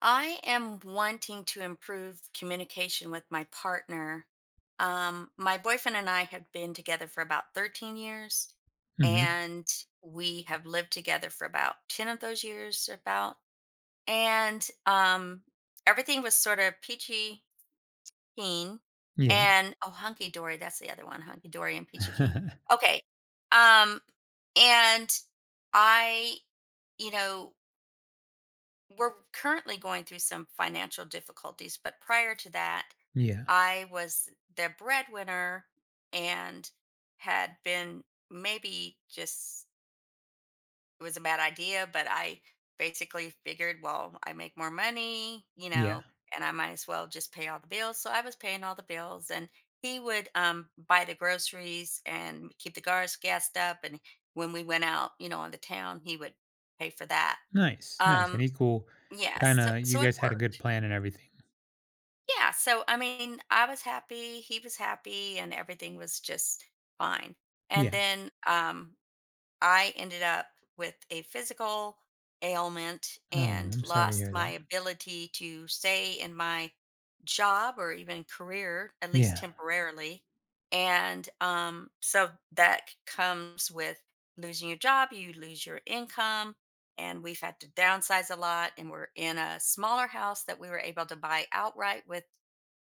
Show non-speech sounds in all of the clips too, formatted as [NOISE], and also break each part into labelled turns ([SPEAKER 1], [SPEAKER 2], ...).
[SPEAKER 1] I am wanting to improve communication with my partner. My boyfriend and I have been together for about 13 years,
[SPEAKER 2] Mhm.
[SPEAKER 1] and we have lived together for about 10 of those years, about. And Everything was sort of peachy keen
[SPEAKER 2] Yeah.
[SPEAKER 1] and oh, hunky dory. That's the other one, hunky dory and peachy keen.
[SPEAKER 2] [LAUGHS]
[SPEAKER 1] Okay. Um, and I, you know, we're currently going through some financial difficulties, but prior to that,
[SPEAKER 2] Yeah.
[SPEAKER 1] I was the breadwinner and had been maybe just it was a bad idea, but I basically figured, well, I make more money,
[SPEAKER 2] Yeah.
[SPEAKER 1] and I might as well just pay all the bills. So I was paying all the bills and he would buy the groceries and keep the cars gassed up. And when we went out, on the town, he would pay for that.
[SPEAKER 2] Nice, nice, an
[SPEAKER 1] Um,
[SPEAKER 2] equal
[SPEAKER 1] yeah, so,
[SPEAKER 2] kinda you
[SPEAKER 1] so it
[SPEAKER 2] guys had a good
[SPEAKER 1] worked.
[SPEAKER 2] plan and everything.
[SPEAKER 1] Yeah, so I mean, I was happy, he was happy, and everything was just fine. And
[SPEAKER 2] Yeah.
[SPEAKER 1] then I ended up with a physical ailment
[SPEAKER 2] Oh,
[SPEAKER 1] and
[SPEAKER 2] I'm sorry to
[SPEAKER 1] lost
[SPEAKER 2] hear
[SPEAKER 1] my
[SPEAKER 2] that.
[SPEAKER 1] ability to stay in my job or even career, at least
[SPEAKER 2] Yeah.
[SPEAKER 1] temporarily. And so that comes with losing your job, you lose your income. And we've had to downsize a lot. And we're in a smaller house that we were able to buy outright with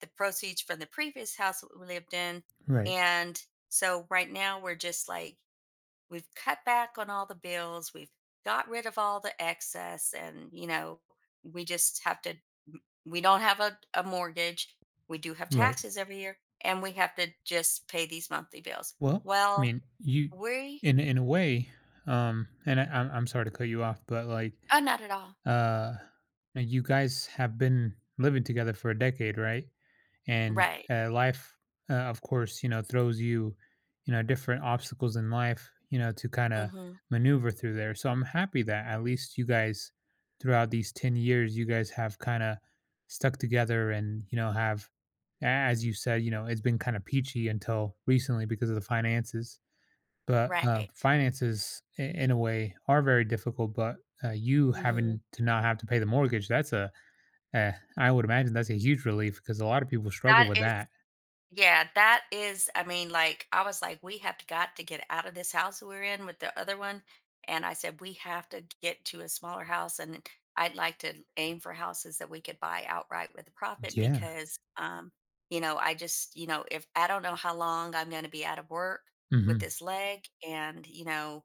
[SPEAKER 1] the proceeds from the previous house that we lived in.
[SPEAKER 2] Right,
[SPEAKER 1] And so right now we're just like, we've cut back on all the bills. We've got rid of all the excess. And, we just have to, we don't have a mortgage. We do have
[SPEAKER 2] right.
[SPEAKER 1] taxes every year and we have to just pay these monthly bills.
[SPEAKER 2] Well, I
[SPEAKER 1] Well,
[SPEAKER 2] mean, you
[SPEAKER 1] we,
[SPEAKER 2] In a way, and I I'm sorry to cut you off, but,
[SPEAKER 1] oh, not at all.
[SPEAKER 2] uh, now you guys have been living together for a decade, right? And
[SPEAKER 1] Right.
[SPEAKER 2] life of course, you know, throws you, you know, different obstacles in life, you know, to kind of
[SPEAKER 1] Mm-hmm.
[SPEAKER 2] maneuver through there, so I'm happy that at least you guys, throughout these 10 years, you guys have kind of stuck together, and you know have as you said, you know, it's been kind of peachy until recently because of the finances, but
[SPEAKER 1] Right.
[SPEAKER 2] finances in a way are very difficult. But you
[SPEAKER 1] Mm-hmm.
[SPEAKER 2] having to not have to pay the mortgage, that's a uh, I would imagine that's a huge relief because a lot of people struggle
[SPEAKER 1] That
[SPEAKER 2] with
[SPEAKER 1] is.
[SPEAKER 2] that.
[SPEAKER 1] Yeah, that is, I mean, like, I was like, we have got to get out of this house we're in with the other one. And I said, we have to get to a smaller house. And I'd like to aim for houses that we could buy outright with a profit
[SPEAKER 2] Yeah.
[SPEAKER 1] because, I just, if I don't know how long I'm going to be out of work with
[SPEAKER 2] Mhm.
[SPEAKER 1] this leg. And,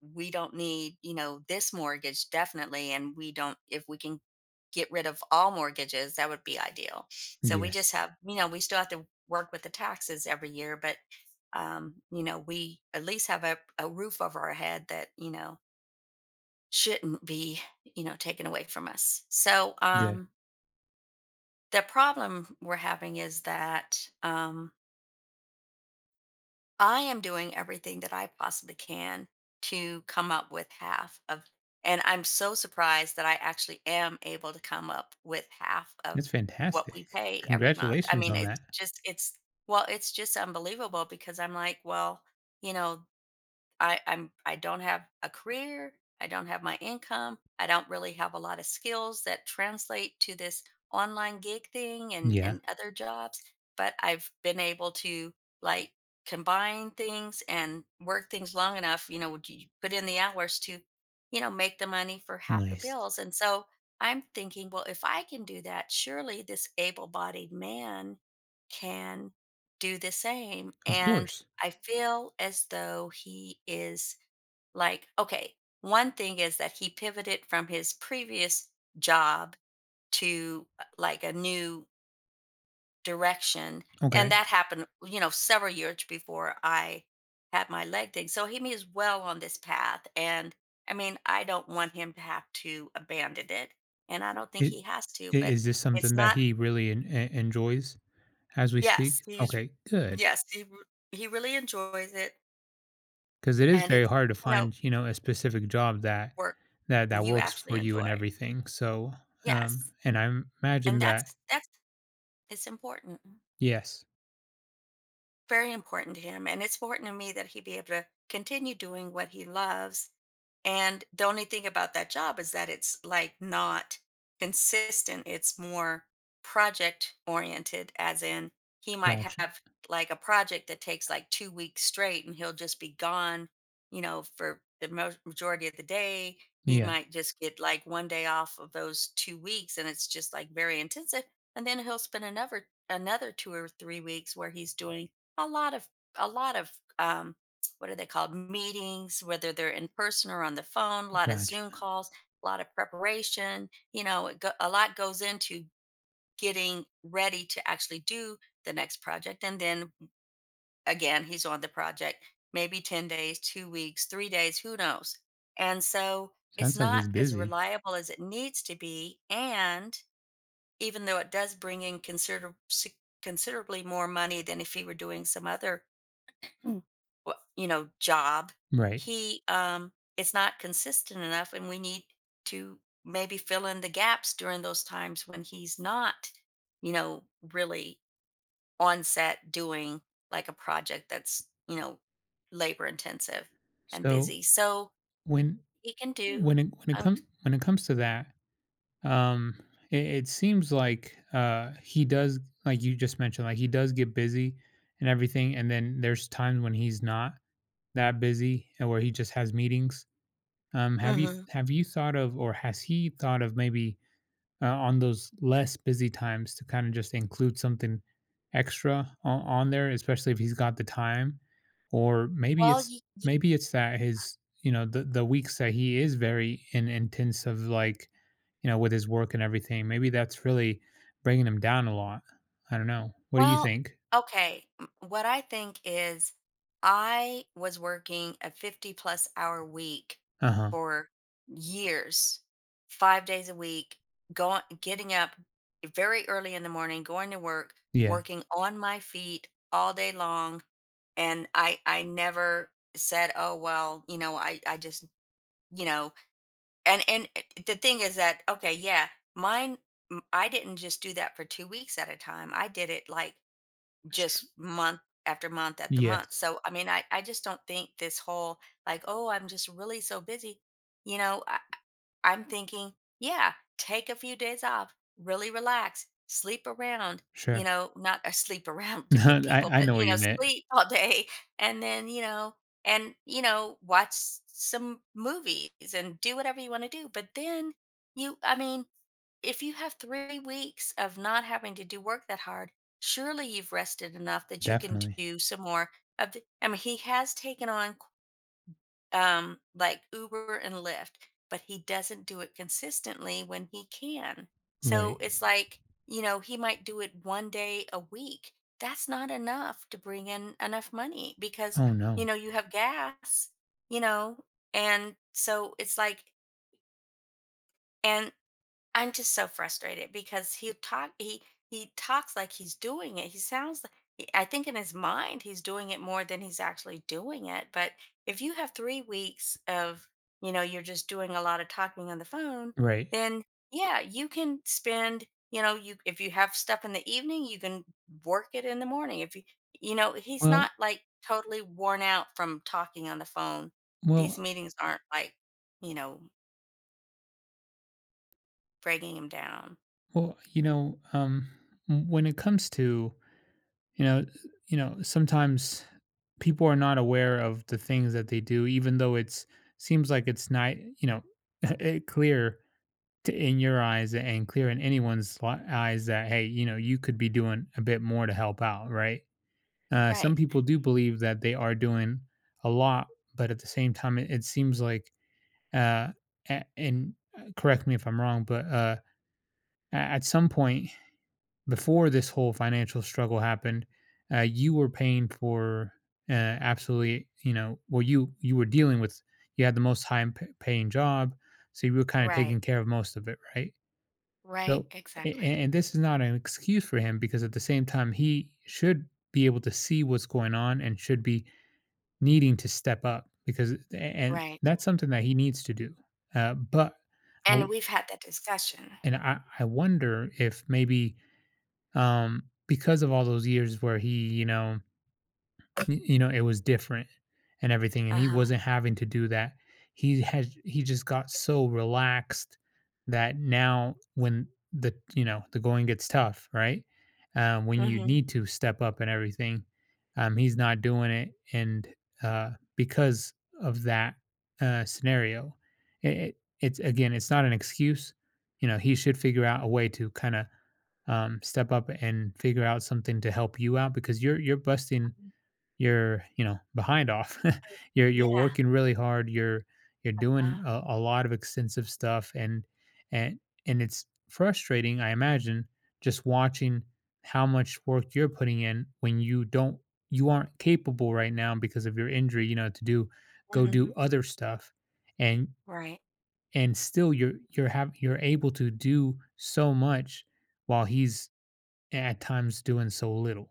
[SPEAKER 1] we don't need, this mortgage definitely. And we don't, if we can get rid of all mortgages, that would be ideal. So we
[SPEAKER 2] Yes.
[SPEAKER 1] just have, we still have to work with the taxes every year, but, we at least have a roof over our head that, shouldn't be, taken away from us.
[SPEAKER 2] Good.
[SPEAKER 1] The problem we're having is that, I am doing everything that I possibly can to come up with half of, and I'm so surprised that I actually am able to come up with half
[SPEAKER 2] That's
[SPEAKER 1] of what we
[SPEAKER 2] fantastic.
[SPEAKER 1] pay every month. I
[SPEAKER 2] Congratulations
[SPEAKER 1] mean,
[SPEAKER 2] on that.
[SPEAKER 1] it's just, it's, well, it's just unbelievable because I'm like, well, you know, I don't have a career, I don't have my income, I don't really have a lot of skills that translate to this online gig thing and
[SPEAKER 2] Yeah.
[SPEAKER 1] and other jobs, but I've been able to like combine things and work things long enough, would you put in the hours to, make the money for half the
[SPEAKER 2] Nice.
[SPEAKER 1] bills. And so I'm thinking, well, if I can do that, surely this able-bodied man can do the same.
[SPEAKER 2] Of
[SPEAKER 1] And
[SPEAKER 2] course.
[SPEAKER 1] I feel as though he is like, okay, one thing is that he pivoted from his previous job to like a new direction. And
[SPEAKER 2] Okay.
[SPEAKER 1] that happened, several years before I had my leg thing. So he is well on this path. And I mean, I don't want him to have to abandon it. And I don't think
[SPEAKER 2] It,
[SPEAKER 1] he has to,
[SPEAKER 2] I
[SPEAKER 1] but
[SPEAKER 2] is this
[SPEAKER 1] it's
[SPEAKER 2] something that
[SPEAKER 1] not,
[SPEAKER 2] he really enjoys as we
[SPEAKER 1] yes,
[SPEAKER 2] speak?
[SPEAKER 1] he's,
[SPEAKER 2] Okay. Good.
[SPEAKER 1] yes, he, re- he really enjoys it.
[SPEAKER 2] Because it is
[SPEAKER 1] And
[SPEAKER 2] very
[SPEAKER 1] it's,
[SPEAKER 2] hard to
[SPEAKER 1] you know,
[SPEAKER 2] find, you know, a specific job that
[SPEAKER 1] work.
[SPEAKER 2] that
[SPEAKER 1] You
[SPEAKER 2] works
[SPEAKER 1] actually
[SPEAKER 2] for you and
[SPEAKER 1] enjoy.
[SPEAKER 2] everything. So,
[SPEAKER 1] Yes,
[SPEAKER 2] and I imagine
[SPEAKER 1] and
[SPEAKER 2] that.
[SPEAKER 1] that's it's important,
[SPEAKER 2] Yes.
[SPEAKER 1] very important to him. And it's important to me that he be able to continue doing what he loves. And the only thing about that job is that it's like not consistent, it's more project oriented, as in he might
[SPEAKER 2] Gotcha.
[SPEAKER 1] have like a project that takes like 2 weeks straight and he'll just be gone, for the majority of the day. He
[SPEAKER 2] Yeah.
[SPEAKER 1] might just get like 1 day off of those 2 weeks and it's just like very intensive. And then he'll spend another 2 or 3 weeks where he's doing a lot of a lot of um what are they called, meetings, whether they're in person or on the phone, a lot of
[SPEAKER 2] Gotcha.
[SPEAKER 1] Zoom calls, a lot of preparation. It go, a lot goes into getting ready to actually do the next project and then again he's on the project maybe 10 days, 2 weeks, 3 days, who knows. And so it's
[SPEAKER 2] Sounds like he's
[SPEAKER 1] not as
[SPEAKER 2] busy.
[SPEAKER 1] reliable as it needs to be, and even though it does bring in considerably more money than if he were doing some other, mm, job,
[SPEAKER 2] Right.
[SPEAKER 1] he is not consistent enough and we need to maybe fill in the gaps during those times when he's not, you know really on set doing like a project that's, labor intensive and
[SPEAKER 2] So
[SPEAKER 1] busy so
[SPEAKER 2] when
[SPEAKER 1] he can do.
[SPEAKER 2] When it when it
[SPEAKER 1] um,
[SPEAKER 2] comes when it comes to that, um, it, it seems like he does, like you just mentioned, like he does get busy and everything, and then there's times when he's not that busy and where he just has meetings.
[SPEAKER 1] mhm.
[SPEAKER 2] Have you thought of, or has he thought of maybe on those less busy times, to kind of just include something extra on there, especially if he's got the time. Or
[SPEAKER 1] well y-
[SPEAKER 2] maybe it's that his, you know, the weeks that he is very in intense of, like, you know, with his work and everything. Maybe that's really bringing him down a lot. I don't know. What do you
[SPEAKER 1] Well,
[SPEAKER 2] think?
[SPEAKER 1] okay. What I think is I was working a 50 plus hour week
[SPEAKER 2] Uh huh.
[SPEAKER 1] for years, 5 days a week, going, getting up very early in the morning, going to work,
[SPEAKER 2] Yeah.
[SPEAKER 1] working on my feet all day long. And I never said, oh, well, I just, you know, and it- the thing is that, okay, yeah, mine, I didn't just do that for 2 weeks at a time. I did it like
[SPEAKER 2] Sh-
[SPEAKER 1] just month after month after month.
[SPEAKER 2] Yes.
[SPEAKER 1] So, I mean, I just don't think this whole like, oh, I'm just really so busy. You know, I, I'm thinking, yeah, take a few days off, really relax, sleep around,
[SPEAKER 2] Sure.
[SPEAKER 1] not a sleep [LAUGHS]
[SPEAKER 2] [LAUGHS]
[SPEAKER 1] around to
[SPEAKER 2] No,
[SPEAKER 1] people,
[SPEAKER 2] I
[SPEAKER 1] but,
[SPEAKER 2] know what you meant.
[SPEAKER 1] sleep all day. And then, and, watch some movies and do whatever you want to do. But then you, I mean, if you have 3 weeks of not having to do work that hard, surely you've rested enough that you can
[SPEAKER 2] Definitely.
[SPEAKER 1] do some more of the. I mean, he has taken on like, Uber and Lyft, but he doesn't do it consistently when he can. So,
[SPEAKER 2] Right.
[SPEAKER 1] it's like, he might do it 1 day a week. That's not enough to bring in enough money because,
[SPEAKER 2] Oh no.
[SPEAKER 1] you have gas, you know, and so it's like, and I'm just so frustrated because he talks like he's doing it. He sounds like he, I think in his mind he's doing it more than he's actually doing it. But if you have 3 weeks of, you're just doing a lot of talking on the phone,
[SPEAKER 2] Right.
[SPEAKER 1] then yeah, you can spend, you if you have stuff in the evening, you can work it in the morning. If you, you know he's
[SPEAKER 2] Well,
[SPEAKER 1] not like totally worn out from talking on the phone. These
[SPEAKER 2] well,
[SPEAKER 1] meetings aren't like, you know breaking him down.
[SPEAKER 2] Well, you know, when it comes to, you know, you know, sometimes people are not aware of the things that they do, even though it's seems like it's not, you know, [LAUGHS] it clear to, in your eyes and clear in anyone's eyes, that hey, you know, you could be doing a bit more to help out, right? Some
[SPEAKER 1] Right.
[SPEAKER 2] people do believe that they are doing a lot, but at the same time, it seems like, uh, a- and correct me if I'm wrong, but at some point before this whole financial struggle happened, you were paying for absolutely, you know, well, you were dealing with, you had the most high paying job, so you were kind of
[SPEAKER 1] Right.
[SPEAKER 2] taking care of most of it, right?
[SPEAKER 1] Right,
[SPEAKER 2] So, a-
[SPEAKER 1] exactly.
[SPEAKER 2] a- and this is not an excuse for him because at the same time, he should be able to see what's going on and should be needing to step up because, and
[SPEAKER 1] Right.
[SPEAKER 2] that's something that he needs to do. But I
[SPEAKER 1] And
[SPEAKER 2] w-
[SPEAKER 1] we've had that discussion.
[SPEAKER 2] and I wonder if maybe because of all those years where he, you know, Y you know, it was different and everything, and he
[SPEAKER 1] Uh-huh.
[SPEAKER 2] wasn't having to do that. He just got so relaxed that now when the, you know, the going gets tough, right? When you
[SPEAKER 1] Mhm.
[SPEAKER 2] need to step up and everything, he's not doing it, and, because of that, scenario, it it it's again, it's not an excuse, you know, he should figure out a way to kinda, step up and figure out something to help you out because you're busting you're, you know, behind off. [LAUGHS] You're
[SPEAKER 1] Yeah.
[SPEAKER 2] working really hard. You're doing
[SPEAKER 1] Yeah.
[SPEAKER 2] a lot of extensive stuff, and and it's frustrating, I imagine, just watching how much work you're putting in when you aren't capable right now because of your injury, you know, to do go do
[SPEAKER 1] Mhm.
[SPEAKER 2] other stuff, and
[SPEAKER 1] Right.
[SPEAKER 2] and still you're able to do so much while he's at times doing so little.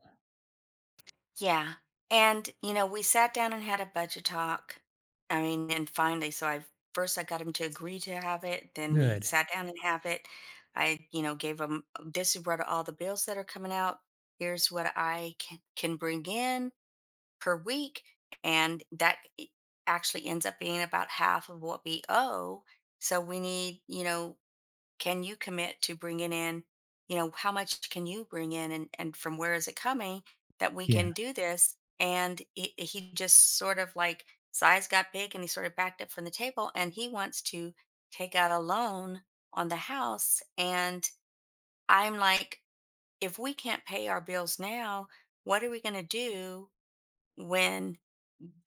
[SPEAKER 1] Yeah. And, we sat down and had a budget talk. I mean, and finally, so I first I got him to agree to have it, then we
[SPEAKER 2] Good.
[SPEAKER 1] sat down and have it. I, gave him this is what all the bills that are coming out. Here's what I can bring in per week. And that actually ends up being about half of what we owe. So we need, can you commit to bringing in, how much can you bring in and from where is it coming that we
[SPEAKER 2] Yeah.
[SPEAKER 1] can do this? And he just sort of like size got big and he sort of backed up from the table and he wants to take out a loan on the house. And I'm like, if we can't pay our bills now, what are we going to do when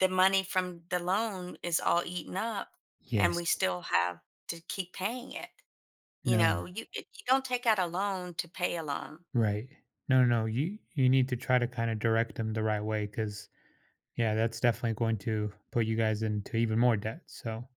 [SPEAKER 1] the money from the loan is all eaten up and we
[SPEAKER 2] Yes.
[SPEAKER 1] still have to keep paying it. You
[SPEAKER 2] No.
[SPEAKER 1] know, you don't take out a loan to pay a loan.
[SPEAKER 2] Right. No, no, you need to try to kind of direct them the right way because yeah, that's definitely going to put you guys into even more debt. So